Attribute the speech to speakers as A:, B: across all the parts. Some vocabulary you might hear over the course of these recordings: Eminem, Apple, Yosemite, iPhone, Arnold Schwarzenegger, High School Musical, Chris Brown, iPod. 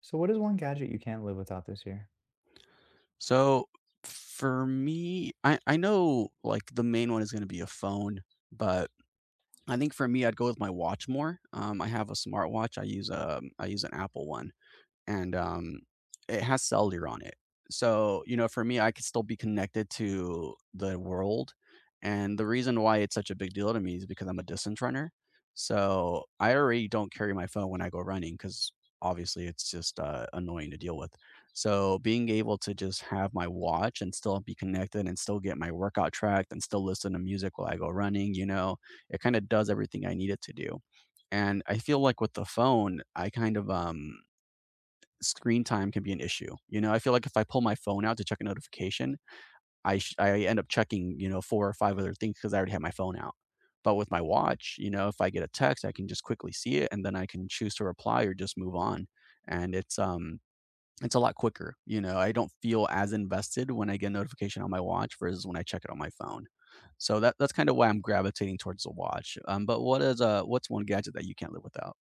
A: So what is one gadget you can't live without this year?
B: So for me, I know like the main one is going to be a phone, but I think for me, I'd go with my watch more. I have a smartwatch. I use an Apple one and it has cellular on it. So, you know, for me, I could still be connected to the world, and the reason why it's such a big deal to me is because I'm a distance runner. So, I already don't carry my phone when I go running because obviously it's just, annoying to deal with. So, being able to just have my watch and still be connected and still get my workout tracked and still listen to music while I go running, you know, it kinda does everything I need it to do, and I feel like with the phone, I kind of, screen time can be an issue. You know, I feel like if I pull my phone out to check a notification, I end up checking, you know, four or five other things because I already have my phone out. But with my watch, you know, if I get a text, I can just quickly see it and then I can choose to reply or just move on. And it's it's a lot quicker. You know, I don't feel as invested when I get a notification on my watch versus when I check it on my phone. So that's kinda why I'm gravitating towards the watch. But what is, what's one gadget that you can't live without?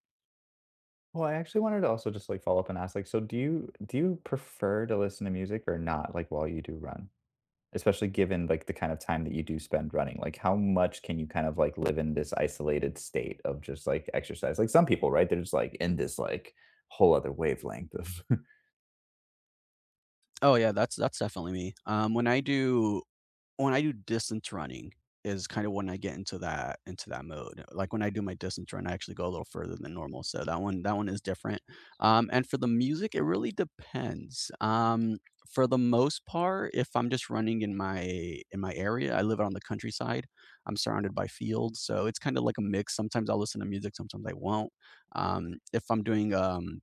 A: Well, I actually wanted to also just like follow up and ask, like, so do you prefer to listen to music or not, like, while you do run? Especially given like the kind of time that you do spend running. Like, how much can you kind of like live in this isolated state of just like exercise? Like, some people, right? They're just like in this like whole other wavelength of
B: Oh yeah, that's definitely me. When I do distance running is kind of when I get into that mode. Like when I do my distance run, I actually go a little further than normal. So that one is different. And for the music, it really depends. For the most part, if I'm just running in my area, I live out on the countryside. I'm surrounded by fields, so it's kind of like a mix. Sometimes I'll listen to music, sometimes I won't. If I'm doing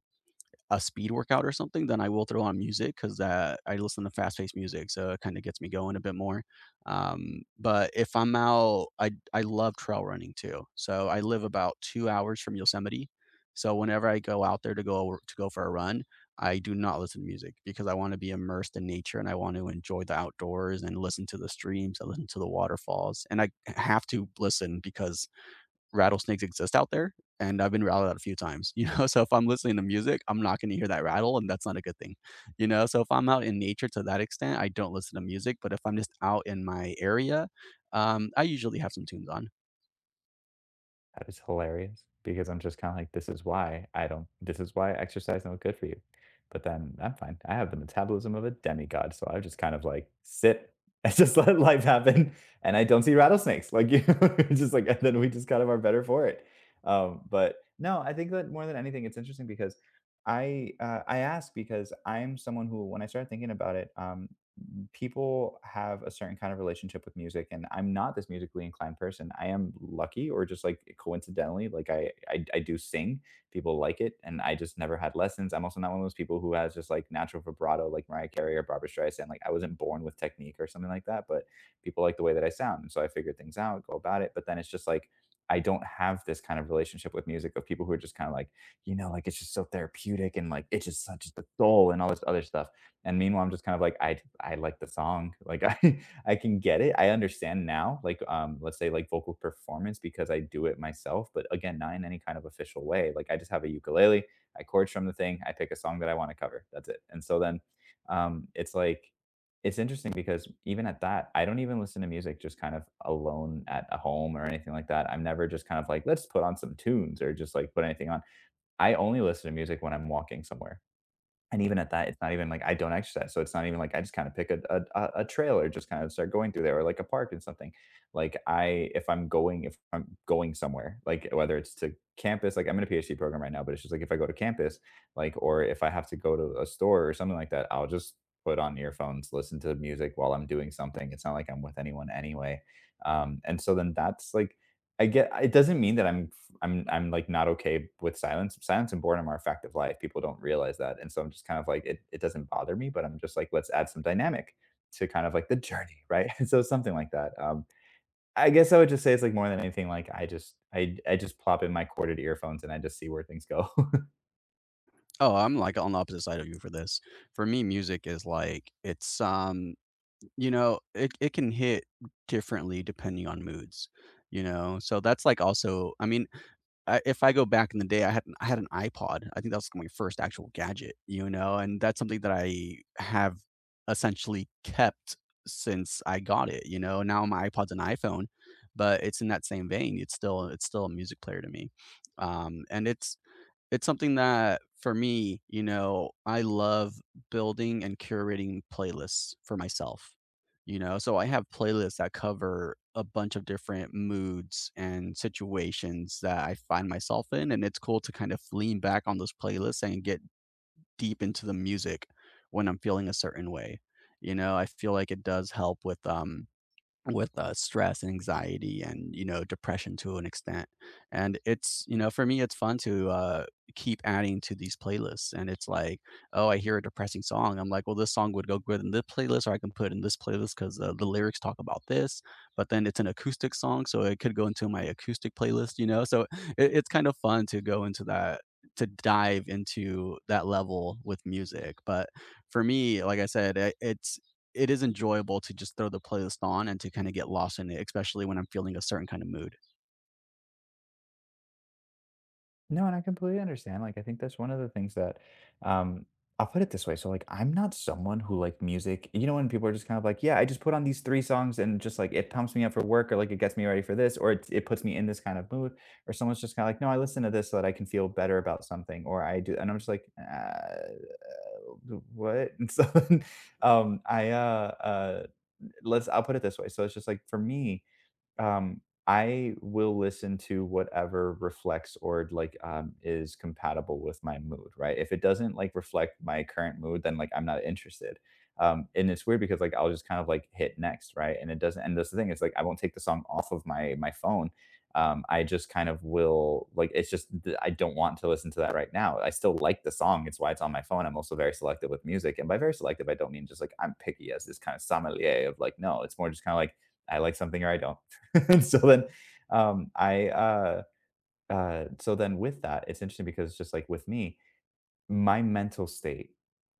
B: a speed workout or something, then I will throw on music because I listen to fast paced music, so it kind of gets me going a bit more. But if I'm out, I love trail running too. So I live about 2 hours from Yosemite, so whenever I go out there to go for a run, I do not listen to music because I want to be immersed in nature and I want to enjoy the outdoors and listen to the streams and listen to the waterfalls. And I have to listen because rattlesnakes exist out there, and I've been rattled out a few times, you know? So if I'm listening to music, I'm not gonna hear that rattle, and that's not a good thing, you know? So if I'm out in nature to that extent, I don't listen to music, but if I'm just out in my area, I usually have some tunes on.
A: That is hilarious because I'm just kinda like, "This is why I don't, this is why exercise is not good for you." But then I'm fine. I have the metabolism of a demigod, so I just kind of, like, sit and just let life happen, and I don't see rattlesnakes, like, you know, just like and then we just kind of are better for it. But no, I think that more than anything, it's interesting because I ask because I'm someone who, when I started thinking about it, people have a certain kind of relationship with music, and I'm not this musically inclined person. I am lucky or just like coincidentally like I do sing, people like it, and I just never had lessons. I'm also not one of those people who has just like natural vibrato like Mariah Carey or Barbara Streisand. Like, I wasn't born with technique or something like that, but people like the way that I sound, and so I figured things out, go about it. But then it's just like I don't have this kind of relationship with music of people who are just kind of like, you know, like, it's just so therapeutic and like it's just such the soul and all this other stuff. And meanwhile, I'm just kind of like, I like the song. Like I can get it. I understand now, like, let's say like vocal performance, because I do it myself, but again, not in any kind of official way. Like, I just have a ukulele, I chords from the thing, I pick a song that I want to cover. That's it. And so then it's like it's interesting because even at that, I don't even listen to music just kind of alone at a home or anything like that. I'm never just kind of like, let's put on some tunes or just like put anything on. I only listen to music when I'm walking somewhere, and even at that, it's not even like, I don't exercise, so it's not even like I just kind of pick a trail or just kind of start going through there, or like a park and something. Like, I, if I'm going somewhere, like whether it's to campus, like I'm in a PhD program right now, but it's just like if I go to campus, like, or if I have to go to a store or something like that, I'll just put on earphones, listen to music while I'm doing something. It's not like I'm with anyone anyway, and so then that's like I get. It doesn't mean that I'm I'm like not okay with silence. Silence and boredom are a fact of life. People don't realize that. And so I'm just kind of like, it doesn't bother me, but I'm just like, let's add some dynamic to kind of like the journey, right? So something like that. I guess I would just say it's like, more than anything, like, I just I just plop in my corded earphones and I just see where things go.
B: Oh, I'm, like, on the opposite side of you for this. For me, music is, like, it's, you know, it can hit differently depending on moods, you know? So that's, like, also I mean, I if I go back in the day, I had an iPod. I think that was my first actual gadget, you know, and that's something that I have essentially kept since I got it, you know. Now my iPod's an iPhone, but it's in that same vein. It's still a music player to me. And it's something that for me, you know, I love building and curating playlists for myself, you know? So I have playlists that cover a bunch of different moods and situations that I find myself in, and it's cool to kind of lean back on those playlists and get deep into the music when I'm feeling a certain way, you know? I feel like it does help with, stress and anxiety and, you know, depression to an extent, and it's you know, for me, it's fun to, keep adding to these playlists, and it's like, "Oh, I hear a depressing song." I'm like, "Well, this song would go good in this playlist, or I can put it in this playlist 'cause, the lyrics talk about this," but then it's an acoustic song, so it could go into my acoustic playlist, you know? So it's kind of fun to go into that to dive into that level with music. But for me, like I said, I it's it is enjoyable to just throw the playlist on and to kind of get lost in it, especially when I'm feeling a certain kind of mood.
A: No, and I completely understand. Like, I think that's one of the things that, um I'll put it this way, so, like, I'm not someone who, like, music, you know, when people are just kind of like, "Yeah, I just put on these 3 songs and just, like, it pumps me up for work, or, like, it gets me ready for this, or it puts me in this kind of mood," or someone's just kinda like, "No, I listen to this so that I can feel better about something," or I do and I'm just like, what?" And so, um, I, uh, uh let's, I'll put it this way, so it's just like, for me, um, I will listen to whatever reflects or like, is compatible with my mood, right? If it doesn't like reflect my current mood, then like I'm not interested. And it's weird because like I'll just kind of like hit next, right? And it doesn't. And that's the thing is like I won't take the song off of my phone. I just kind of will like, it's just I don't want to listen to that right now. I still like the song. It's why it's on my phone. I'm also very selective with music, and by very selective, I don't mean just like I'm picky as this kind of sommelier of like, no. It's more just kind of like I like something or I don't. And so then I so then with that, it's interesting because just like with me, my mental state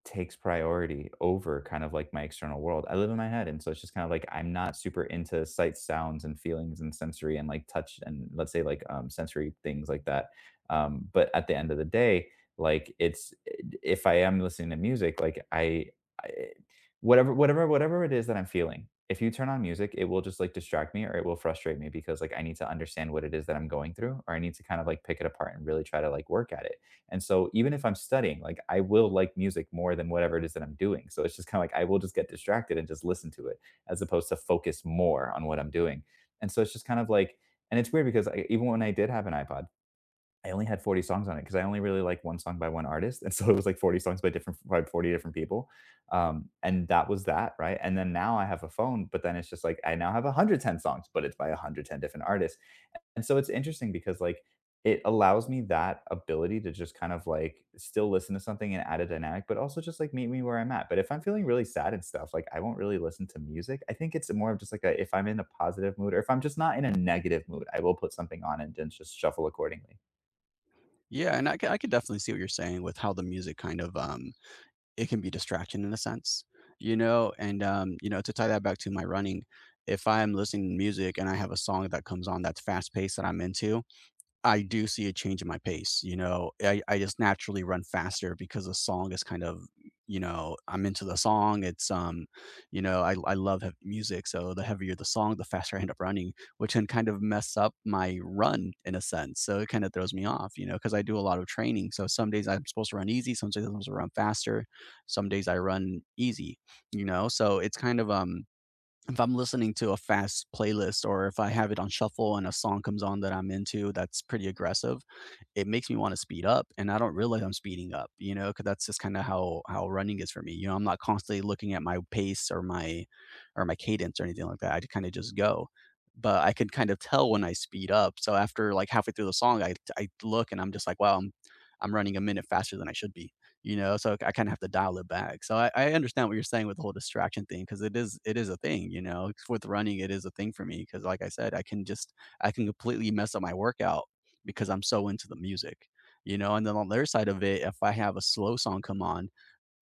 A: takes priority over kind of like my external world. I live in my head. And so it's just kind of like I'm not super into sights, sounds, and feelings and sensory and like touch, and let's say like, sensory things like that. But at the end of the day, like it's, eh, if I am listening to music, like I whatever, whatever, whatever it is that I'm feeling. If you turn on music, it will just like distract me, or it will frustrate me because like I need to understand what it is that I'm going through, or I need to kind of like pick it apart and really try to like work at it. And so even if I'm studying, like I will like music more than whatever it is that I'm doing. So it's just kind of like I will just get distracted and just listen to it, as opposed to focus more on what I'm doing. And so it's just kind of like, and it's weird because I, even when I did have an iPod, I only had 40 songs on it because I only really like one song by one artist, and so it was like 40 songs by different, by 40 different people, and that was that, right? And then now I have a phone, but then it's just like I now have 110 songs, but it's by 110 different artists, and so it's interesting because, like, it allows me that ability to just kind of, like, still listen to something and add a dynamic, but also just, like, meet me where I'm at. But if I'm feeling really sad and stuff, like, I won't really listen to music. I think it's more of just like a, if I'm in a positive mood, or if I'm just not in a negative mood, I will put something on and then just shuffle accordingly.
B: Yeah, and I can definitely see what you're saying with how the music kind of it can be distraction in a sense, you know, and you know, to tie that back to my running, if I'm listening to music and I have a song that comes on that's fast paced that I'm into, I do see a change in my pace. You know, I just naturally run faster because the song is kind of you know, I'm into the song, it's, you know, I love heavy music, so the heavier the song, the faster I end up running, which can kind of mess up my run in a sense, so it kinda throws me off, you know, because I do a lot of training, so some days I'm supposed to run easy, some days I'm supposed to run faster, some days I run easy, you know, so it's kind of, if I'm listening to a fast playlist or if I have it on shuffle and a song comes on that I'm into that's pretty aggressive, it makes me want to speed up and I don't realize I'm speeding up, you know, because that's just kind of how running is for me. You know, I'm not constantly looking at my pace or my cadence or anything like that. I kind of just go. But I can kind of tell when I speed up. So after like halfway through the song, I look and I'm just like, wow, I'm running a minute faster than I should be. You know, so I kind of have to dial it back. So I understand what you're saying with the whole distraction thing because it is a thing, you know. With running, it is a thing for me because like I said, I can completely mess up my workout because I'm so into the music, you know. And then on the other side of it, if I have a slow song come on,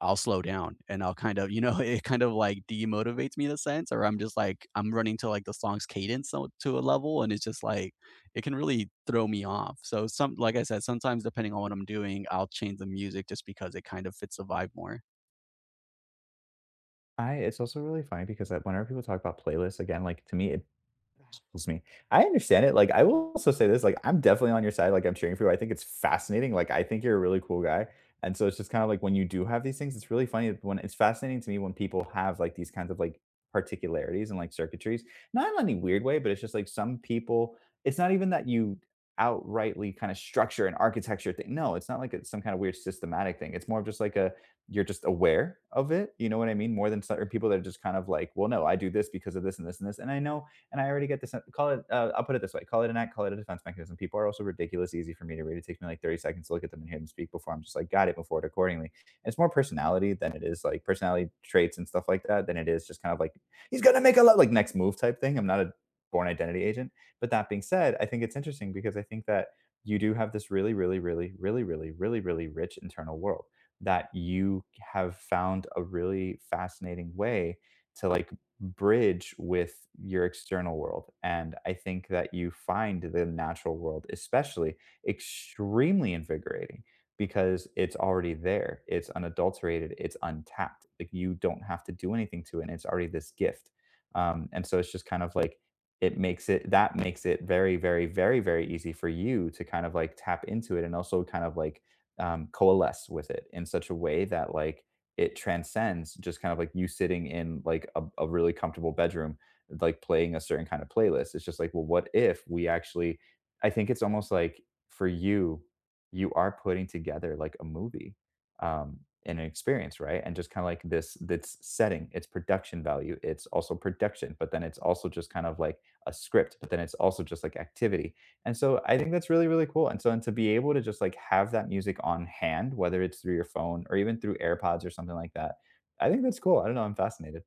B: I'll slow down and I'll kind of, you know, it kind of like demotivates me in a sense, or I'm just like, I'm running to like the song's to a level. And it's just like, it can really throw me off. So, like I said, sometimes depending on what I'm doing, I'll change the music just because it kind of fits the vibe more.
A: I, it's also really funny because, like, whenever people talk about playlists, again, like, to me, it baffles me. I understand it. Like, I will also say this, like, I'm definitely on your side, like, I'm cheering for you, I think it's fascinating, like, I think you're a really cool guy, and so it's just kinda like when you do have these things, it's really funny when it's fascinating to me when people have, like, these kinds of, like, particularities and, like, circuitries, not in any weird way, but it's just like some people, it's not even that you outrightly kinda structure and architecture thing, no, it's not like it's some kind of weird systematic thing, it's more of just like a, you're just aware of it. You know what I mean? More than certain people that are just kind of like, well, no, I do this because of this and this and this. And I know, and I already get this. Call it, I'll put it this way, call it an act, call it a defense mechanism. People are also ridiculous easy for me to read. It takes me like 30 seconds to look at them and hear them speak before I'm just like, got it, before it accordingly. And it's more personality than it is like personality traits and stuff like that, than it is just kind of like, he's going to make a lot like next move type thing. I'm not a born identity agent. But that being said, I think it's interesting because I think that you do have this really, really, really, really, really, really, really rich internal world that you have found a really fascinating way to bridge with your external world. And I think that you find the natural world, especially, extremely invigorating because it's already there. It's unadulterated, it's untapped. Like you don't have to do anything to it. And it's already this gift. And so it's just kind of like, it makes it that makes it very, very, very, very easy for you to kind of like tap into it and also kind of like coalesce with it in such a way that like it transcends just kind of like you sitting in like a really comfortable bedroom like playing a certain kind of playlist. It's just like, well, what if we actually, I think it's almost like, for you, you are putting together like a movie um and an experience, right? And just kind of like this setting, it's production value, it's also production, but then it's also just kind of like a script, but then it's also just like activity. And so I think that's really, really cool. And so and to be able to just like have that music on hand, whether it's through your phone or even through AirPods or something like that, I think that's cool. I don't know. I'm fascinated.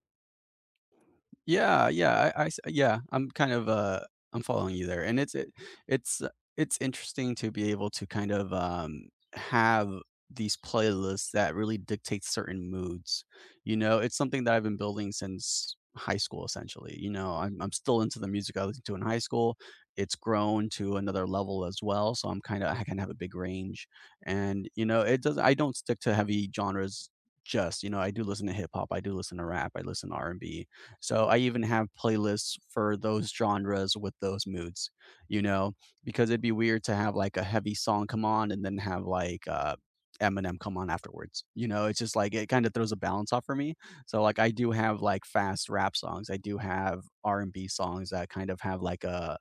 B: Yeah, I'm kind of, I'm following you there, and it's it it's uh, it's interesting to be able to kind of, have these playlists that really dictate certain moods, you know? It's something that I've been building since high school, essentially, you know? I'm still into the music I listened to in high school. It's grown to another level as well, so I'm kinda I can have a big range, and, you know, it doesn't I don't stick to heavy genres just, you know, I do listen to hip hop, I do listen to rap, I listen to R&B. So I even have playlists for those genres with those moods, you know, because it'd be weird to have like a heavy song come on and then have like Eminem come on afterwards. You know, it's just like it kind of throws a balance off for me. So like I do have like fast rap songs. I do have R&B songs that kind of have like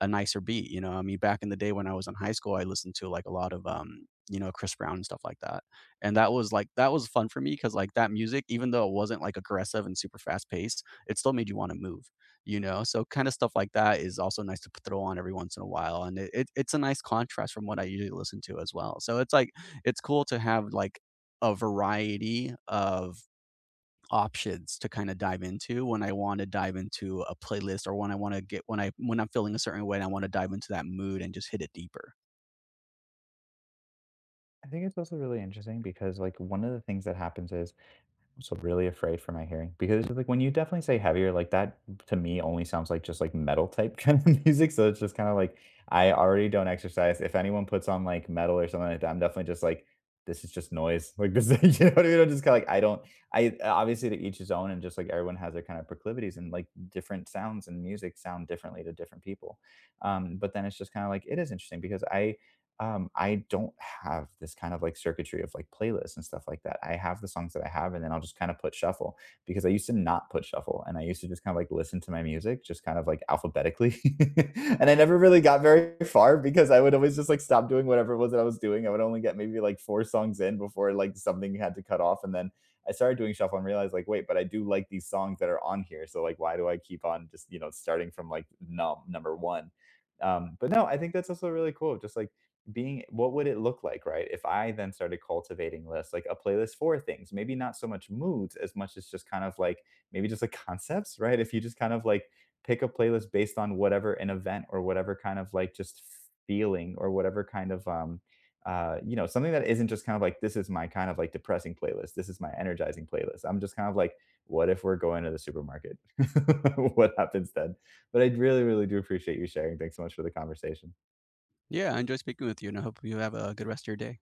B: a nicer beat. You know, I mean, back in the day when I was in high school, I listened to like a lot of you know, Chris Brown and stuff like that. And that was that was fun for me because like that music, even though it wasn't like aggressive and super fast paced, it still made you want to move. You know, so kind of stuff like that is also nice to throw on every once in a while, and it's a nice contrast from what I usually listen to as well. So it's like it's cool to have like a variety of options to kind of dive into when I want to dive into a playlist or when I want to get when I when I'm feeling a certain way and I want to dive into that mood and just hit it deeper.
A: I think it's also really interesting because, like, one of the things that happens is I'm so really afraid for my hearing because, like, when you definitely say heavier, like, that to me only sounds like just like metal type kind of music. So it's just kind of like I already don't exercise. If anyone puts on like metal or something like that, I'm definitely just like, this is just noise. Like this, is- you know what I mean? I'm just kind of like I don't. I obviously to each his own, and just like everyone has their kind of proclivities, and like different sounds and music sound differently to different people. But then it's just kind of like it is interesting because I don't have this kind of like circuitry of like playlists and stuff like that. I have the songs that I have, and then I'll just kind of put shuffle because I used to not put shuffle, and I used to just kind of like listen to my music just kind of like alphabetically, and I never really got very far because I would always just like stop doing whatever it was that I was doing. I would only get maybe like four songs in before like something had to cut off, and then I started doing shuffle and realized like, wait, but I do like these songs that are on here, so like, why do I keep on just you know starting from like number one? But no, I think that's also really cool, just like being, what would it look like, right? If I then started cultivating lists, like a playlist for things, maybe not so much moods as much as just kind of like maybe just like concepts, right? If you just kind of like pick a playlist based on whatever, an event or whatever, kind of like just feeling or whatever kind of you know, something that isn't just kind of like, this is my kind of like depressing playlist, this is my energizing playlist. I'm just kind of like, what if we're going to the supermarket? What happens then? But I really, really do appreciate you sharing. Thanks so much for the conversation.
B: Yeah, I enjoy speaking with you and I hope you have a good rest of your day.